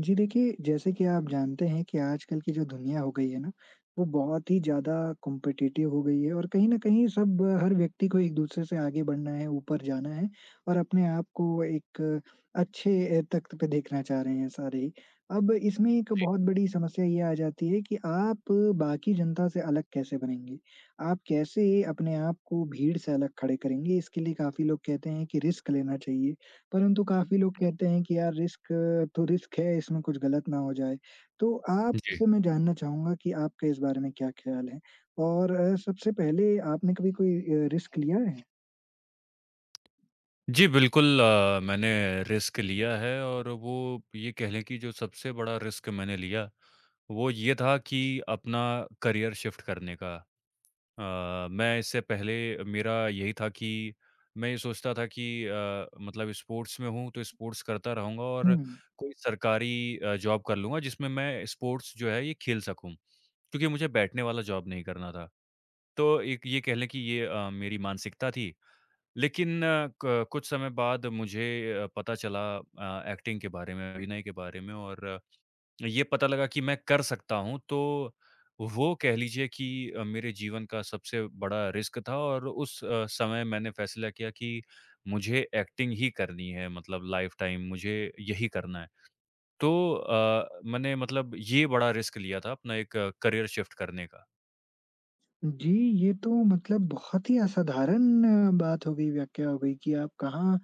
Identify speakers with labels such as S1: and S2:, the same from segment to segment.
S1: जी देखिए, जैसे कि आप जानते हैं कि आजकल की जो दुनिया हो गई है ना, वो बहुत ही ज़्यादा कॉम्पिटिटिव हो गई है और कहीं न कहीं सब हर व्यक्ति को एक-दूसरे से आगे बढ़ना है, ऊपर जाना है और अपने आप को एक अच्छे तख़्त पे देखना चाह रहे हैं सारे ही। अब इसमें एक बहुत बड़ी समस्या ये आ जाती है कि आप बाकी जनता से अलग कैसे बनेंगे? आप कैसे अपने आप को भीड़ से अलग खड़े करेंगे? इसके लिए काफ़ी लोग कहते हैं कि रिस्क लेना चाहिए, परंतु काफ़ी लोग कहते हैं कि यार रिस्क तो रिस्क है, इसमें कुछ गलत ना हो जाए। तो
S2: जी।
S1: आपसे मैं जानना चाहूँगा कि आपका इस बारे में क्या ख़्याल है? और सबसे पहले आपने कभी कोई रिस्क लिया है?
S2: जी, बिल्कुल मैंने रिस्क लिया है और वो ये कह लें कि जो सबसे बड़ा रिस्क मैंने लिया, वो ये था कि अपना करियर शिफ्ट करने का। अ, मैं इससे पहले मेरा यही था कि मैं ये सोचता था कि मतलब स्पोर्ट्स में हूँ, तो स्पोर्ट्स करता रहूँगा
S1: हुँ।
S2: और कोई सरकारी जॉब कर लूँगा, जिसमें मैं स्पोर्ट्स जो है, ये खेल सकूँ। क्योंकि मुझे बैठने वाला जॉब नहीं करना था। तो एक ये कह लें कि ये मेरी मानसिकता थी। लेकिन अ, क कुछ समय बाद मुझे पता चला एक्टिंग के बारे में, अभिनय के बारे में और ये पता लगा कि मैं कर सकता हूँ, तो वो कह लीजिए कि मेरे जीवन का सबसे बड़ा रिस्क था और उस समय मैंने फैसला किया कि मुझे एक्टिंग ही करनी है मतलब लाइफ़ टाइम मुझे यही करना है। तो मैंने मतलब ये बड़ा रिस्क लिया था अपना एक करियर शिफ्ट करने का।
S1: जी, ये तो मतलब बहुत ही असाधारण बात हो गई, व्याख्या हो गई कि आप कहाँ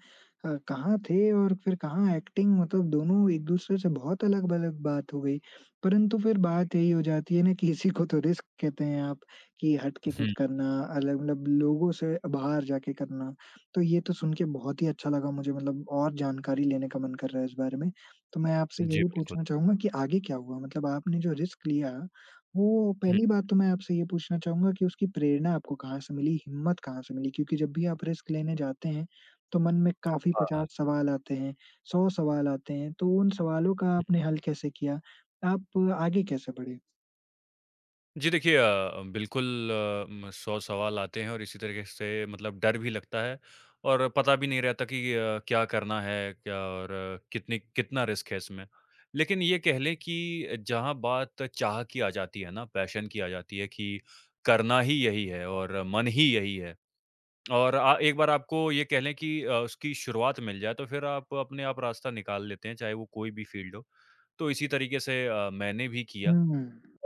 S1: कहाँ थे और फिर कहाँ एक्टिंग मतलब दोनों एक-दूसरे से बहुत अलग-अलग बात हो गई। परंतु फिर बात यही हो जाती है ना कि इसी को तो रिस्क कहते हैं आप, कि हट के कुछ
S2: हुँ।
S1: करना, अलग मतलब लोगों से बाहर जाके करना। तो ये तो सुन के बहुत ही अच्छा लगा मुझे, मतलब और जानकारी लेने का मन कर रहा है इस बारे में। तो मैं आपसे
S2: जी,
S1: यही
S2: बिल्कुल।
S1: पूछना चाहूँगा कि आगे क्या हुआ? मतलब आपने जो रिस्क लिया, वो
S2: हुँ,
S1: पहली बात तो मैं आपसे ये पूछना चाहूँगा कि उसकी प्रेरणा आपको कहाँ से मिली, हिम्मत कहाँ से मिली? क्योंकि जब भी आप रिस्क लेने जाते हैं, तो मन में काफ़ी
S2: हाँ।
S1: 50 सवाल आते हैं, 100 सवाल आते हैं, तो उन सवालों का आपने हल कैसे किया? आप आगे कैसे बढ़े?
S2: जी देखिए बिल्कुल 100 सवाल आते हैं और इसी तरीके से मतलब डर भी लगता है और पता भी नहीं रहता कि क्या करना है क्या और कितनी कितना रिस्क है इसमें। लेकिन ये कह लें कि जहाँ बात चाह की आ जाती है ना, पैशन की आ जाती है कि करना ही यही है और मन ही यही है और एक बार आपको ये कह लें कि उसकी शुरुआत मिल जाए तो फिर आप अपने आप रास्ता निकाल लेते हैं, चाहे वो कोई भी फ़ील्ड हो। तो इसी तरीके से मैंने भी किया
S1: हुँ,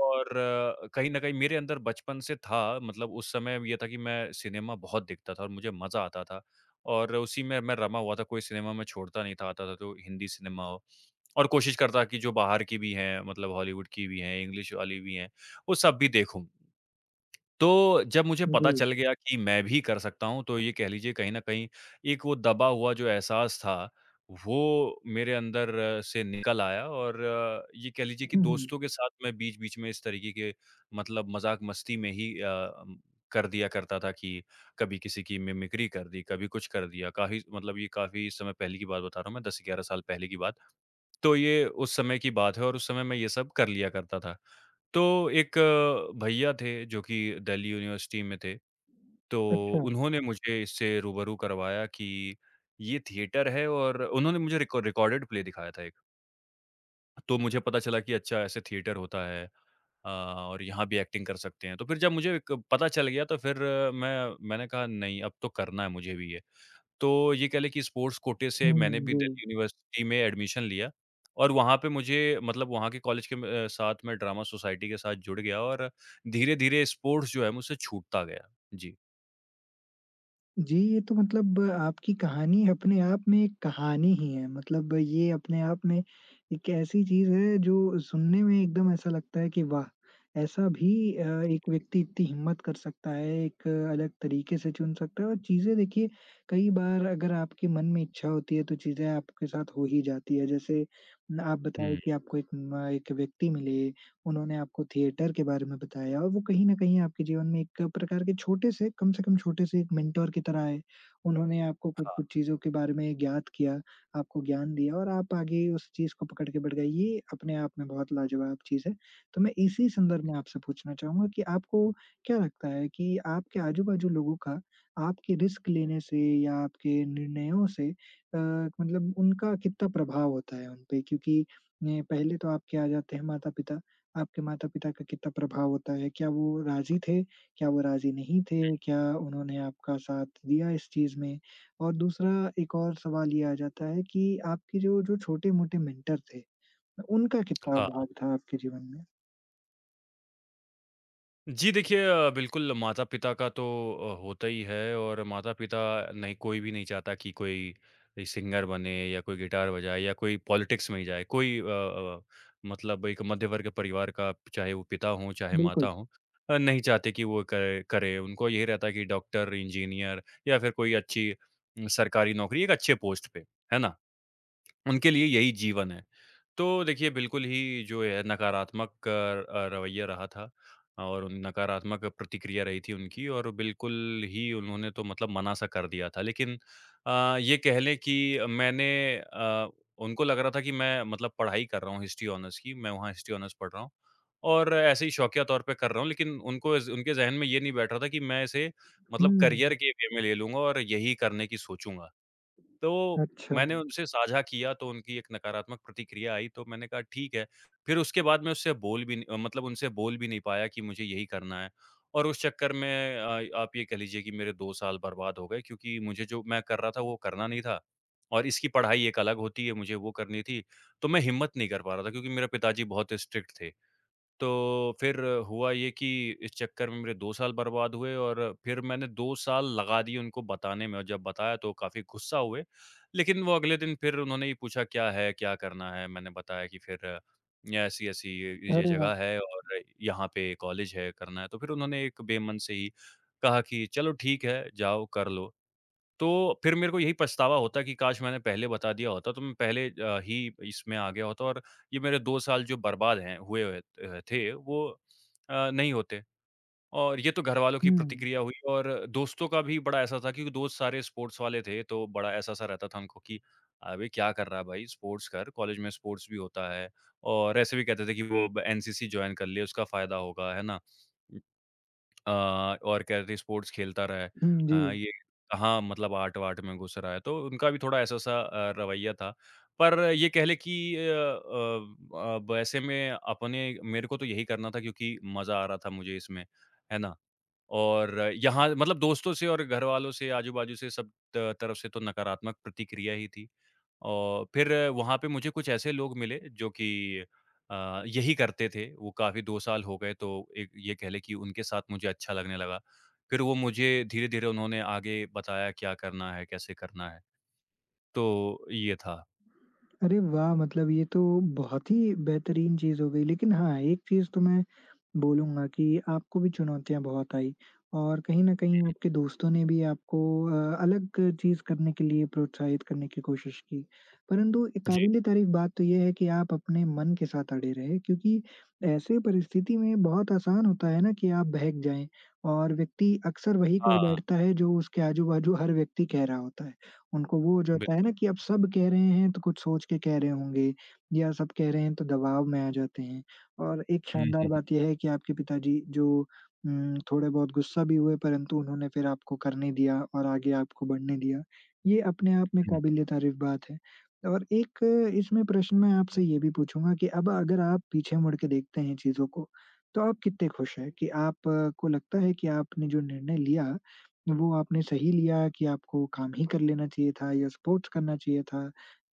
S2: और कहीं न कहीं मेरे अंदर बचपन से था, मतलब उस समय ये था कि मैं सिनेमा बहुत देखता था और मुझे मज़ा आता था और उसी में मैं रमा हुआ था, कोई सिनेमा मैं छोड़ता नहीं था, आता था तो हिंदी सिनेमा हो और कोशिश करता कि जो बाहर की भी हैं, मतलब हॉलीवुड की भी हैं, इंग्लिश वाली भी हैं, वो सब भी देखूँ। तो जब मुझे
S1: जी।
S2: पता चल गया कि मैं भी कर सकता हूँ, तो ये कह लीजिए कहीं न कहीं एक वो दबा हुआ जो एहसास था, वो मेरे अंदर से निकल आया और ये कह लीजिए कि
S1: हुँ, हुँ।
S2: दोस्तों के साथ मैं बीच-बीच में इस तरीके के मतलब मज़ाक-मस्ती में ही कर दिया करता था कि कभी किसी की मिमिक्री कर दी, कभी कुछ कर दिया। काफ़ी मतलब ये काफ़ी समय पहले की बात बता रहा हूँ मैं, 10-11 साल पहले की बात। तो ये उस समय की बात है और उस समय मैं ये सब कर लिया करता था। तो एक भैया थे जो कि दिल्ली यूनिवर्सिटी में थे, तो
S1: अच्छा।
S2: उन्होंने मुझे इससे रूबरू करवाया कि ये थिएटर है और उन्होंने मुझे रिको रिकॉर्डेड प्ले दिखाया था एक। तो मुझे पता चला कि अच्छा ऐसे थिएटर होता है और यहाँ भी एक्टिंग कर सकते हैं। तो फिर जब मुझे एक पता चल गया तो फिर मैंने कहा नहीं अब तो करना है मुझे भी ये। तो ये कह लें कि स्पोर्ट्स कोटे से
S1: हुँ,
S2: मैंने भी
S1: जी।
S2: दिल्ली यूनिवर्सिटी में एडमिशन लिया और वहाँ पे मुझे मतलब वहाँ के कॉलेज के साथ मैं ड्रामा सोसाइटी के साथ जुड़ गया और धीरे-धीरे स्पोर्ट्स जो है मुझसे छूटता गया। जी।
S1: जी, ये तो मतलब आपकी कहानी अपने आप में एक कहानी ही है। मतलब ये अपने आप में एक ऐसी चीज़ है जो सुनने में एकदम ऐसा लगता है कि वाह! ऐसा भी अ, एक व्यक्ति इतनी हिम्मत कर सकता है, एक अलग तरीके से चुन सकता है। और चीज़ें देखिए, कई बार अगर आपके मन में इच्छा होती है तो चीज़ें आपके साथ हो ही जाती है। जैसे न आप बताएँ
S2: हुँ।
S1: कि आपको एक व्यक्ति मिले, उन्होंने आपको थिएटर के बारे में बताया और वो कहीं न कहीं आपके जीवन में एक प्रकार के छोटे से, कम से कम छोटे से एक मेंटर की तरह आए। उन्होंने आपको कुछ-कुछ चीज़ों के बारे में ज्ञात किया, आपको ज्ञान दिया और आप आगे उस चीज़ को पकड़ के बढ़ गए। ये अपने आप में बहुत लाजवाब चीज़ है। तो मैं इसी संदर्भ में आपसे पूछना चाहूँगा कि आपको क्या लगता है कि आपके आजू-बाजू लोगों का आपके रिस्क लेने से या आपके निर्णयों से अ, मतलब उनका कितना प्रभाव होता है उन पे? क्योंकि पहले तो आपके आ जाते हैं माता-पिता। आपके माता-पिता का कितना प्रभाव होता है? क्या वो राज़ी थे? क्या वो राज़ी नहीं थे? क्या उन्होंने आपका साथ दिया इस चीज़ में? और दूसरा, एक और सवाल ये आ जाता है कि आपके जो जो छोटे-मोटे मेंटर थे, उनका कितना
S2: हाँ।
S1: भाग था आपके जीवन में?
S2: जी देखिए बिल्कुल माता-पिता का तो होता ही है और माता-पिता नहीं कोई भी नहीं चाहता कि कोई ये सिंगर बने या कोई गिटार बजाए या कोई पॉलिटिक्स में ही जाए। कोई मतलब एक मध्य वर्ग के परिवार का चाहे वो पिता हों, चाहे माता
S1: बिल्कुल।
S2: हों नहीं चाहते कि वो करे करे। उनको यही रहता है कि डॉक्टर, इंजीनियर या फिर कोई अच्छी सरकारी नौकरी एक अच्छे पोस्ट पे, है ना? उनके लिए यही जीवन है। तो देखिए, बिल्कुल ही जो है नकारात्मक रवैया रहा था और उन नकारात्मक प्रतिक्रिया रही थी उनकी और बिल्कुल ही उन्होंने तो मतलब मना-सा कर दिया था। लेकिन ये कह लें कि मैंने अ, उनको लग रहा था कि मैं मतलब पढ़ाई कर रहा हूँ हिस्ट्री ऑनर्स की, मैं वहाँ हिस्ट्री ऑनर्स पढ़ रहा हूँ और ऐसे ही शौकिया तौर पे कर रहा हूँ। लेकिन उनको इस उनके ज़हन में ये नहीं बैठ रहा था कि मैं इसे मतलब
S1: हुँ,
S2: करियर के वे में ले लूँगा और यही करने की सोचूँगा। तो
S1: अच्छा।
S2: मैंने उनसे साझा किया तो उनकी एक नकारात्मक प्रतिक्रिया आई तो मैंने कहा ठीक है। फिर उसके बाद मैं उससे बोल भी नहीं मतलब उनसे बोल भी नहीं पाया कि मुझे यही करना है। और उस चक्कर में आप ये कह लीजिए कि मेरे 2 साल बर्बाद हो गए क्योंकि मुझे जो मैं कर रहा था वो करना नहीं था और इसकी पढ़ाई एक अलग होती है, मुझे वो करनी थी। तो मैं हिम्मत नहीं कर पा रहा था क्योंकि मेरे पिताजी बहुत स्ट्रिक्ट थे। तो फिर हुआ ये कि इस चक्कर में मेरे 2 साल बर्बाद हुए और फिर मैंने 2 साल लगा दिए उनको बताने में और जब बताया तो काफ़ी गुस्सा हुए। लेकिन वो अगले दिन फिर उन्होंने ही पूछा क्या है, क्या करना है? मैंने बताया कि फिर ऐसी-ऐसी ये
S1: अरे वाह!
S2: जगह है और यहाँ पे कॉलेज है, करना है। तो फिर उन्होंने एक बेमन से ही कहा कि चलो ठीक है, जाओ कर लो। तो फिर मेरे को यही पछतावा होता कि काश मैंने पहले बता दिया होता तो मैं पहले ही इसमें आ गया होता और ये मेरे 2 साल जो बर्बाद हैं हुए हुए थे वो नहीं होते। और ये तो घरवालों की
S1: हुँ,
S2: प्रतिक्रिया हुई और दोस्तों का भी बड़ा ऐसा था क्योंकि दोस्त सारे स्पोर्ट्स वाले थे तो बड़ा ऐसा-सा रहता था हमको कि अबे क्या कर रहा है भाई स्पोर्ट्स कर, कॉलेज में स्पोर्ट्स भी होता है और ऐसे भी कहते थे कि वो ब एनसीसी जॉइन कर ले उसका फ़ायदा होगा, है ना? अ, और कह रहे थे स्पोर्ट्स खेलता रहा है।
S1: हुँ, जी।
S2: ये कहाँ मतलब आर्ट-वार्ट में घुस रहा है, तो उनका भी थोड़ा ऐसा-सा रवैया था। पर ये कह लें कि अब ऐसे में अपने मेरे को तो यही करना था क्योंकि मज़ा आ रहा था मुझे इसमें, है ना? और यहाँ मतलब दोस्तों से और घरवालों से, आजू-बाजू से सब त तरफ से तो नकारात्मक प्रतिक्रिया ही थी। और फिर वहाँ पे मुझे कुछ ऐसे लोग मिले जो कि यही करते थे। वो काफ़ी 2 साल हो गए तो एक ये कह लें कि उनके साथ मुझे अच्छा लगने लगा। फिर वो मुझे धीरे-धीरे उन्होंने आगे बताया क्या करना है, कैसे करना है। तो ये था।
S1: अरे वाह! मतलब ये तो बहुत ही बेहतरीन चीज़ हो गई। लेकिन हाँ, एक चीज़ तो मैं बोलूँगा कि आपको भी चुनौतियाँ बहुत आई और कहीं न कहीं आपके दोस्तों ने भी आपको अलग चीज़ करने के लिए प्रोत्साहित करने की कोशिश की। परंतु ए
S2: जी।
S1: काबिल-ए-तारीफ़ बात तो ये है कि आप अपने मन के साथ अड़े रहे, क्योंकि ऐसे परिस्थिति में बहुत आसान होता है ना कि आप बहक जाएँ और व्यक्ति अक्सर वही कर
S2: हाँ,
S1: बैठता है जो उसके आजू-बाजू हर व्यक्ति कह रहा होता है। उनको वो जो होता है
S2: बिल्कुल।
S1: ना कि अब सब कह रहे हैं तो कुछ सोच के कह रहे होंगे, या सब कह रहे हैं तो दबाव में आ जाते हैं। और एक
S2: हुँ,
S1: शानदार
S2: हुँ,
S1: बात ये है कि आपके पिताजी जो थोड़े बहुत गुस्सा भी हुए, परंतु उन्होंने फिर आपको करने दिया और आगे आपको बढ़ने दिया। ये अपने आप में
S2: हुँ, हुँ।
S1: काबिल-ए-तारीफ बात है। और एक इसमें प्रश्न मैं आपसे ये भी पूछूँगा कि अब अगर आप पीछे मुड़ के देखते हैं चीज़ों को, तो आप कितने खुश हैं, कि आपको लगता है कि आपने जो निर्णय लिया वो आपने सही लिया, कि आपको काम ही कर लेना चाहिए था या स्पोर्ट्स करना चाहिए था,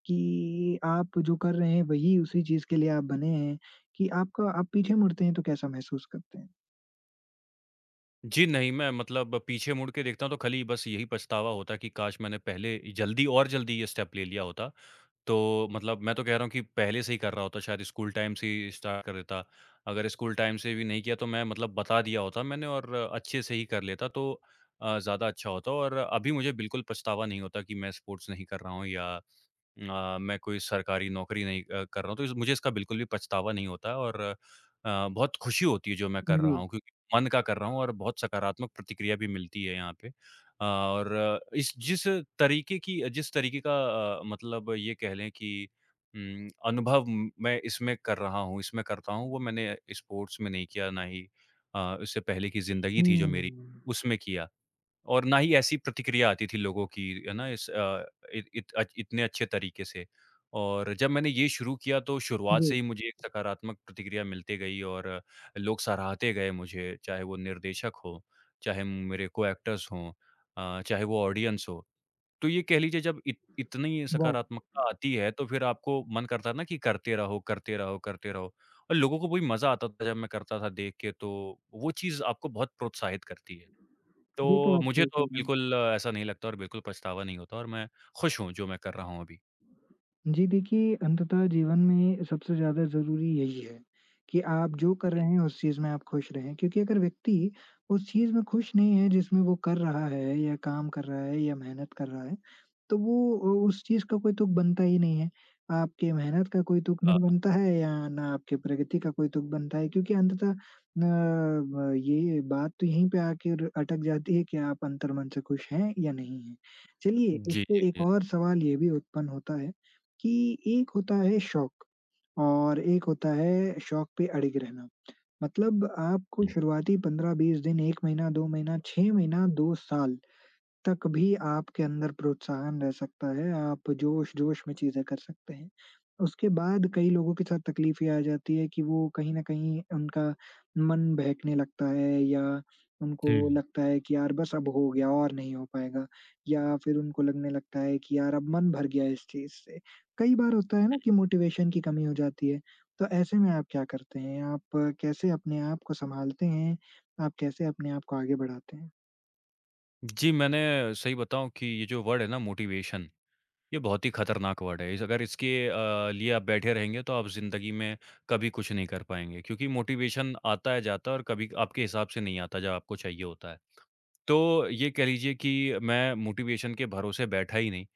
S1: कि आप जो कर रहे हैं वही उसी चीज़ के लिए आप बने हैं, कि आपका आप पीछे मुड़ते हैं तो कैसा महसूस करते हैं?
S2: जी नहीं, मैं मतलब पीछे मुड़ के देखता हूँ तो खाली बस यही पछतावा होता है कि काश मैंने पहले जल्दी और जल्दी ये स्टेप ले लिया होता। तो मतलब मैं तो कह रहा हूँ कि पहले से ही कर रहा होता शायद स्कूल टाइम से ही स्टार्ट कर देता। अगर स्कूल टाइम से भी नहीं किया तो मैं मतलब बता दिया होता मैंने और अच्छे से ही कर लेता तो ज़्यादा अच्छा होता और अभी मुझे बिल्कुल पछतावा नहीं होता कि मैं स्पोर्ट्स नहीं कर रहा हूँ या मैं कोई सरकारी नौकरी नहीं कर रहा हूँ, तो इस मुझे इसका बिल्कुल भी पछतावा नहीं होता और बहुत खुशी होती है जो मैं कर
S1: जी।
S2: रहा हूँ क्योंकि मन का कर रहा हूँ और बहुत सकारात्मक प्रतिक्रिया भी मिलती है यहाँ पे। और इस जिस तरीके का मतलब ये कह लें कि अनुभव मैं इसमें कर रहा हूँ, इसमें करता हूँ, वो मैंने स्पोर्ट्स में नहीं किया, ना ही उससे पहले की ज़िंदगी थी जो
S1: हुँ,
S2: मेरी, उसमें किया। और ना ही ऐसी प्रतिक्रिया आती थी लोगों की, है ना? इस अ, इत इत अच इतने अच्छे तरीके से। और जब मैंने ये शुरू किया तो शुरुआत से
S1: जी,
S2: ही मुझे एक सकारात्मक प्रतिक्रिया मिलती गई और लोग सराहते गए मुझे, चाहे वो निर्देशक हों, चाहे मेरे को-एक्टर्स हों, चाहे वो ऑडियंस हो। तो ये कह लीजिए जब इत इतनी
S1: वाह!
S2: सकारात्मकता आती है तो फिर आपको मन करता है ना कि करते रहो, करते रहो, करते रहो। और लोगों को भी मज़ा आता था जब मैं करता था देख के तो वो चीज़ आपको बहुत प्रोत्साहित करती है।
S1: ये तो
S2: तो
S1: आप
S2: मुझे
S1: सही कह
S2: तो
S1: रहे हैं।
S2: बिल्कुल ऐसा नहीं लगता और बिल्कुल पछतावा नहीं होता और मैं खुश हूँ जो मैं कर रहा हूँ अभी।
S1: जी देखिए, अंततः जीवन में सबसे ज़्यादा ज़रूरी यही है कि आप जो कर
S2: हुँ,
S1: रहे हैं उस चीज़ में आप खुश रहें। क्योंकि अगर व्यक्ति उस चीज़ में खुश नहीं है जिसमें वो कर रहा है या काम कर रहा है या मेहनत कर रहा है, तो वो उ उस चीज़ का कोई तुक बनता ही नहीं है। आपके मेहनत का कोई तुक
S2: अ,
S1: नहीं बनता है या ना आपके प्रगति का कोई तुक बनता है, क्योंकि अंततः ब ये बात तो यहीं पे आकर अटक जाती है कि आप अंतर्मन से खुश हैं या नहीं हैं। चलिए,
S2: जी, जी,
S1: इससे एक
S2: जी।
S1: और सवाल ये भी उत्पन्न होता है कि एक होता है शौक और एक होता है शौक पे अड़िग रहना। मतलब आपको
S2: हुँ,
S1: शुरुआती 15-20 दिन, 1 महीना, 2 महीना, 6 महीना, 2 साल तक भी आपके अंदर प्रोत्साहन रह सकता है, आप जोश-जोश में चीज़ें कर सकते हैं। उसके बाद कई लोगों के साथ तकलीफ ये आ जाती है कि वो कहीं न कहीं उनका मन बहकने लगता है, या उनको
S2: हुँ।
S1: लगता है कि यार बस अब हो गया और नहीं हो पाएगा, या फिर उनको लगने लगता है कि यार अब मन भर गया है इस चीज़ से। कई बार होता है ना कि मोटिवेशन की कमी हो जाती है, तो ऐसे में आप क्या करते हैं? आप कैसे अपने आप को सँभालते हैं? आप कैसे अपने आप को आगे बढ़ाते हैं?
S2: जी, मैंने सही बताऊँ कि ये जो वर्ड है ना मोटिवेशन, ये बहुत ही खतरनाक वर्ड है। इस अगर इसके लिए आप बैठे रहेंगे तो आप ज़िंदगी में कभी कुछ नहीं कर पाएँगे क्योंकि मोटिवेशन आता है, जाता है और कभी आपके हिसाब से नहीं आता जब आपको चाहिए होता है। तो ये कह लीजिए कि मैं मोटिवेशन के भरोसे बैठा ही नहीं।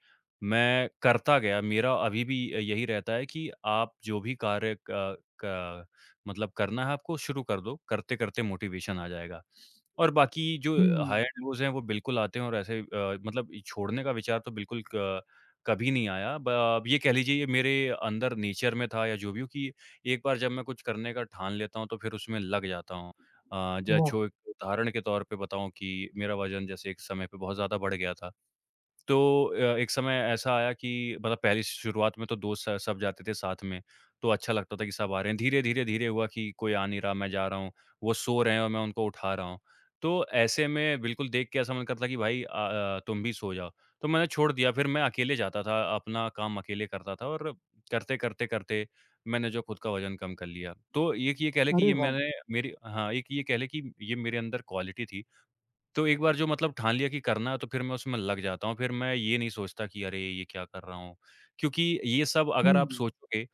S2: मैं करता गया, मेरा अभी भी यही रहता है कि आप जो भी कार्य क क मतलब करना है आपको शुरू कर दो, करते-करते मोटिवेशन आ जाएगा। और बाकी जो हाई
S1: हुँ,
S2: एंड लोज़ हैं वो बिल्कुल आते हैं और ऐसे मतलब ये छोड़ने का विचार तो बिल्कुल क कभी नहीं आया। ब अब ये कह लीजिए ये मेरे अंदर नेचर में था या जो भी हो कि एक बार जब मैं कुछ करने का ठान लेता हूँ तो फिर उसमें लग जाता हूँ। अ, जो
S1: वाह!
S2: छो उदाहरण के तौर पे बताऊँ कि मेरा वज़न जैसे एक समय पे बहुत ज़्यादा बढ़ गया था। तो एक समय ऐसा आया कि मतलब पहली शुरुआत में तो दोस्त स सब जाते थे साथ में, तो अच्छा लगता था कि सब आ रहे हैं। धीरे-धीरे, धीरे धीरे हुआ कि कोई आ नहीं रहा, मैं जा रहा हूँ, वो सो रहे हैं और मैं उनको उठा रहा हूँ। तो ऐसे में बिल्कुल देख के ऐसा मन करता कि भाई, तुम भी सो जाओ। तो मैंने छोड़ दिया, फिर मैं अकेले जाता था, अपना काम अकेले करता था और करते, करते, करते मैंने जो खुद का वज़न कम कर लिया। तो एक ये कह लें कि
S1: अरे
S2: ये
S1: वाह!
S2: मैंने मेरी हाँ, एक ये कह लें कि ये मेरे अंदर क्वालिटी थी। तो एक बार जो मतलब ठान लिया कि करना है तो फिर मैं उसमें लग जाता हूँ। फिर मैं ये नहीं सोचता कि अरे! ये क्या कर रहा हूँ? क्योंकि ये सब अगर आप
S1: हुँ,
S2: सोचोगे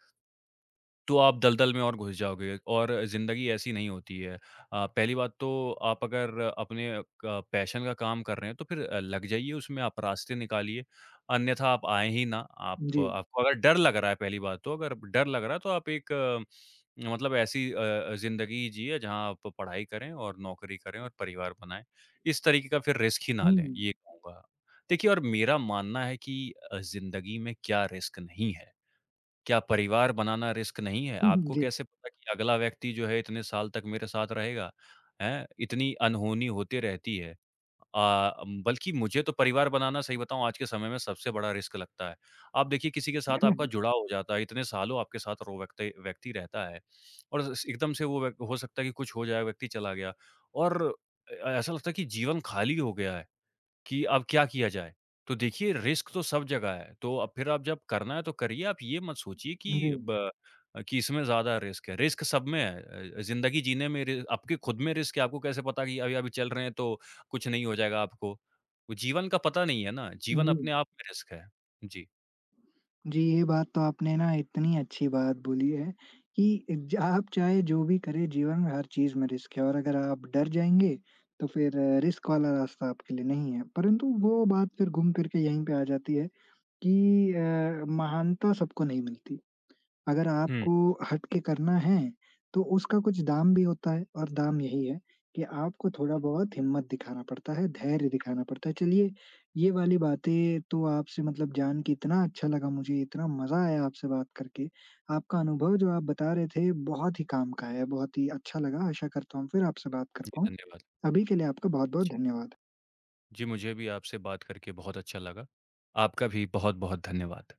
S2: तो आप दलदल में और घुस जाओगे और ज़िंदगी ऐसी नहीं होती है। पहली बात तो आप अगर अपने पैशन का काम कर रहे हैं तो फिर लग जाइए उसमें, आप रास्ते निकालिए, अन्यथा आप आएँ ही ना। आप
S1: जी।
S2: आपको अगर डर लग रहा है पहली बात तो, अगर डर लग रहा है तो आप मतलब ऐसी ज़िंदगी जिए जहाँ आप पढ़ाई करें और नौकरी करें और परिवार बनाएँ। इस तरीके का फिर रिस्क ही ना लें,
S1: हुँ,
S2: ये कहूँगा। देखिए, और मेरा मानना है कि ज़िंदगी में क्या रिस्क नहीं है। क्या परिवार बनाना रिस्क नहीं है? आपको
S1: जी।
S2: कैसे पता कि अगला व्यक्ति जो है इतने साल तक मेरे साथ रहेगा, हैं? इतनी अनहोनी होती रहती है। बल्कि मुझे तो परिवार बनाना, सही बताऊँ, आज के समय में सबसे बड़ा रिस्क लगता है। आप देखिए किसी के साथ आपका जुड़ाव हो जाता है, इतने सालों आपके साथ रो व्यक्ति व्यक्ति रहता है और स एकदम से वो व्यक हो सकता है कि कुछ हो जाए, व्यक्ति चला गया और ऐसा लगता है कि जीवन खाली हो गया है। कि अब क्या किया जाए? तो देखिए रिस्क तो सब जगह है, तो अब फिर आप जब करना है तो करिए, आप ये मत सोचिए
S1: जी,
S2: कि ब कि इसमें ज़्यादा रिस्क है, रिस्क सब में है। ज़िंदगी जीने में रि आपके खुद में रिस्क है, आपको कैसे पता कि अभी-अभी चल रहे हैं तो कुछ नहीं हो जाएगा आपको? वो जीवन का पता नहीं है ना, जीवन
S1: जी।
S2: अपने आप में रिस्क है। जी।
S1: जी, ये बात तो आपने ना इतनी अच्छी बात बोली है कि ज आप चाहे जो भी करें जीवन में हर चीज़ में रिस्क है, और अगर आप डर जाएँगे तो फिर रिस्क वाला रास्ता आपके लिए नहीं है। परंतु वो बात फिर घूम फिर के यहीं पे आ जाती है कि महानता सबको नहीं मिलती। अगर
S2: हुँ,
S1: आपको हट के करना है, तो उसका कुछ दाम भी होता है, और दाम यही है कि आपको थोड़ा-बहुत हिम्मत दिखाना पड़ता है, धैर्य दिखाना पड़ता है। चलिए, ये वाली बातें तो आपसे मतलब जान के इतना अच्छा लगा मुझे, इतना मज़ा आया आपसे बात करके। आपका अनुभव जो आप बता रहे थे, बहुत ही काम का है, बहुत ही अच्छा लगा। आशा करता हूँ फिर आपसे बात कर
S2: जी,
S1: पाऊँ।
S2: धन्यवाद।
S1: अभी के लिए आपका बहुत-बहुत
S2: जी,
S1: धन्यवाद।
S2: जी, मुझे भी आपसे बात करके बहुत अच्छा लगा। आपका भी बहुत-बहुत धन्यवाद।